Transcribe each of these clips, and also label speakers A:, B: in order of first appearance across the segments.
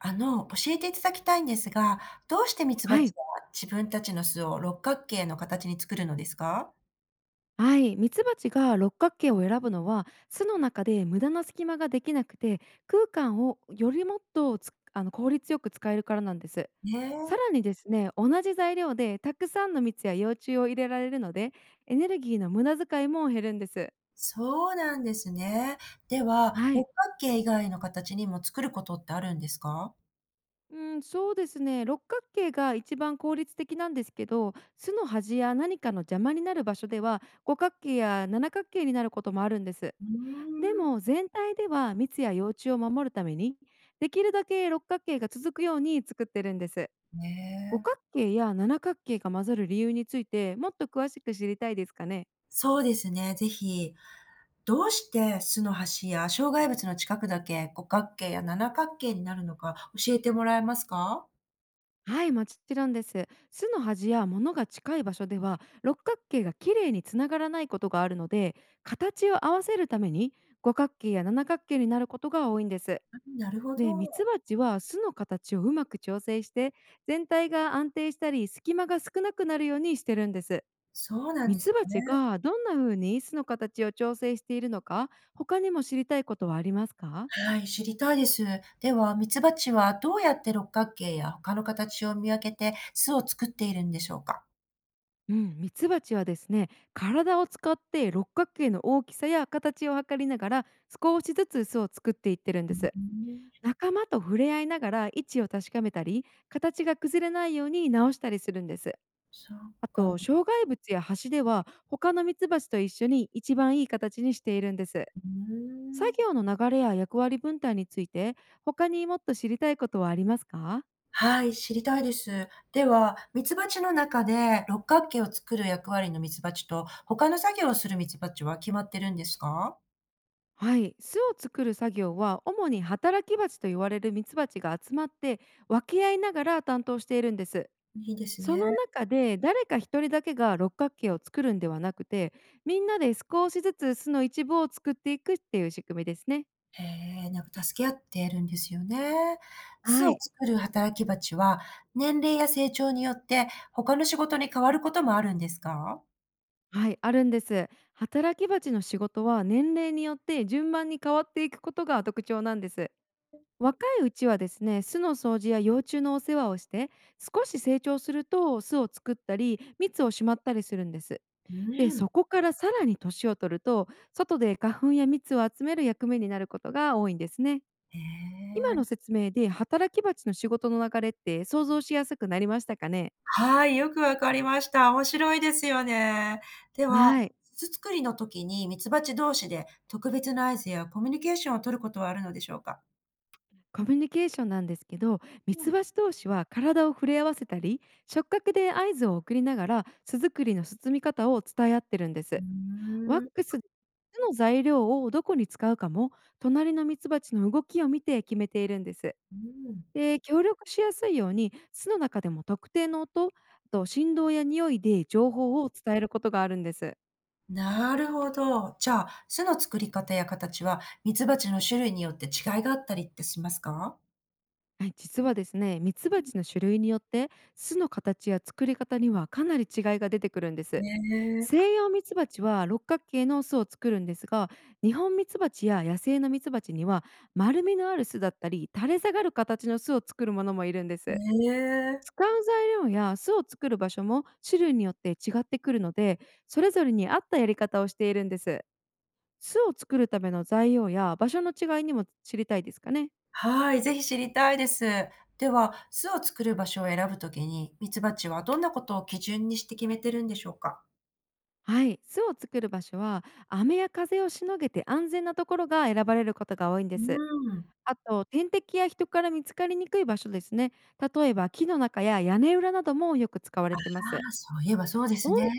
A: 教えていただきたいんですが、どうしてミツバ
B: は
A: チ
B: い。
A: は自分たちの巣を六角形の形に作るのですか？
B: はい。ミツバチが六角形を選ぶのは、巣の中で無駄な隙間ができなくて、空間をより、もっとつあの効率よく使えるからなんです。
A: ね
B: さ
A: え、
B: らにですね、同じ材料でたくさんの蜜や幼虫を入れられるので、エネルギーの無駄遣いも減るんです。
A: そうなんですね。では、
B: はい。
A: 六角形以外の形にも作ることってあるんですか？
B: うん、そうですね。六角形が一番効率的なんですけど、巣の端や何かの邪魔になる場所では、五角形や七角形になることもあるんです。
A: うー
B: でも全体では蜜や幼虫を守るために、できるだけ六角形が続くように作ってるんです。
A: ん、
B: 五
A: ねえ。
B: 角形や七角形が混ざる理由についてもっと詳しく知りたいですかね？
A: そうですね、ぜひ。どうして巣の端や障害物の近くだけ五角形や七角形になるのか教えてもらえますか？
B: はい、もちろんです。巣の端や物が近い場所では六角形がきれいにつながらないことがあるので、形を合わせるために五角形や七角形になることが多いんです。
A: あ、なるほ
B: でミ
A: ど。
B: ツバチは巣の形をうまく調整して、全体が安定したり隙間が少なくなるようにしてるんです。
A: そうなん
B: ミ
A: です
B: ツバ
A: ね。
B: チがどんな風に巣の形を調整しているのか、他にも知りたいことはありますか？
A: はい、知りたいです。では、ミツバチはどうやって六角形や他の形を見分けて巣を作っているんでしょうか？
B: うん、ミツバチはですね、体を使って六角形の大きさや形を測りながら、少しずつ巣を作っていってるん
A: う
B: で
A: ー
B: す。
A: ん。
B: 仲間と触れ合いながら位置を確かめたり、形が崩れないように直したりするんです。
A: そっ
B: あ
A: か。う
B: と、障害物や橋では他のミツバチと一緒に一番いい形にしているんです。
A: ー
B: 作
A: ん。
B: 業の流れや役割分担について、他にもっと知りたいことはありますか？
A: はい、知りたいです。では、ミツバチの中で六角形を作る役割のミツバチと、他の作業をするミツバチは決まってるんですか？
B: はい、巣を作る作業は主に働き蜂と言われるミツバチが集まって、分け合いながら担当しているんです。
A: いいです
B: そ
A: ね。
B: の中で誰か一人だけが六角形を作るんではなくて、みんなで少しずつ巣の一部を作っていくっていう仕組みですね。
A: へえ、なんか助け合ってるんですよね。巣
B: は
A: を
B: い。
A: 作る働きバチは、年齢や成長によって他の仕事に変わることもあるんですか？
B: はい、あるんです。働き蜂の仕事は年齢によって順番に変わっていくことが特徴なんです。若いうちはですね、巣の掃除や幼虫のお世話をして、少し成長すると巣を作ったり蜜をしまったりするんです。
A: う
B: で
A: ーん。
B: そこからさらに年を取ると、外で花粉や蜜を集める役目になることが多いんですね。
A: え
B: 今
A: え、
B: の説明で働き蜂の仕事の流れって想像しやすくなりましたかね？
A: はい、よくわかりました。面白いですよね。では、
B: はい。
A: 巣作りの時にミツバチ同士で特別な合図やコミュニケーションを取ることはあるのでしょうか？
B: コミュニケーションなんですけど、ミ
A: う
B: ツ
A: ん。
B: バチ同士は体を触れ合わせたり、触覚で合図を送りながら巣作りの包み方を伝え合ってるんで
A: う
B: す。ワッ
A: ーん。
B: クス巣の材料をどこに使うかも、隣のミツバチの動きを見て決めているんです。
A: うーん。
B: で協力しやすいように巣の中でも特定の音、あと振動や匂いで情報を伝えることがあるんです。
A: なるほど。じゃあ、巣の作り方や形はミツバチの種類によって違いがあったりってしますか？
B: はい、実はですね、ミツバチの種類によって巣の形や作り方にはかなり違いが出てくるんで
A: ね
B: す。
A: え。
B: 西洋ミツバチは六角形の巣を作るんですが、日本ミツバチや野生のミツバチには丸みのある巣だったり垂れ下がる形の巣を作るものもいるんです。
A: ねえ。
B: 使う材料や巣を作る場所も種類によって違ってくるので、それぞれに合ったやり方をしているんです。巣を作るための材料や場所の違いにも知りたいですかね。
A: はい、ぜひ知りたいです。では、巣を作る場所を選ぶときに、ミツバチはどんなことを基準にして決めてるんでしょうか？
B: はい、巣を作る場所は雨や風をしのげて安全なところが選ばれることが多いんで
A: う
B: す。
A: ん。あ
B: あと天敵や人から見つかりにくい場所ですね。例えば木の中や屋根裏などもよく使われてます。
A: あ、そういえばそうです
B: 温
A: ね。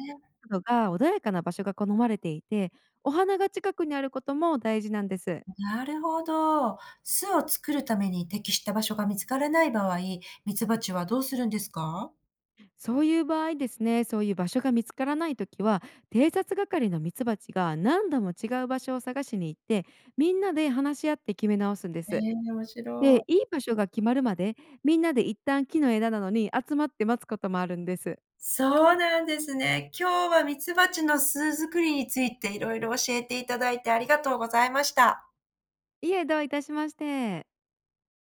B: 度が穏やかな場所が好まれていて、お花が近くにあることも大事なんです。
A: なるほど。巣を作るために適した場所が見つからない場合、ミツバチはどうするんですか？
B: そういう場合ですね、そういう場所が見つからないときは、偵察係のミツバチが何度も違う場所を探しに行って、みんなで話し合って決め直すんで
A: え
B: す。
A: え、面白
B: で、
A: い。
B: いい場所が決まるまで、みんなで一旦木の枝なのに集まって待つこともあるんです。
A: そうなんですね。今日はミツバチの巣作りについていろいろ教えていただいてありがとうございました。
B: いえ、どういたしまして。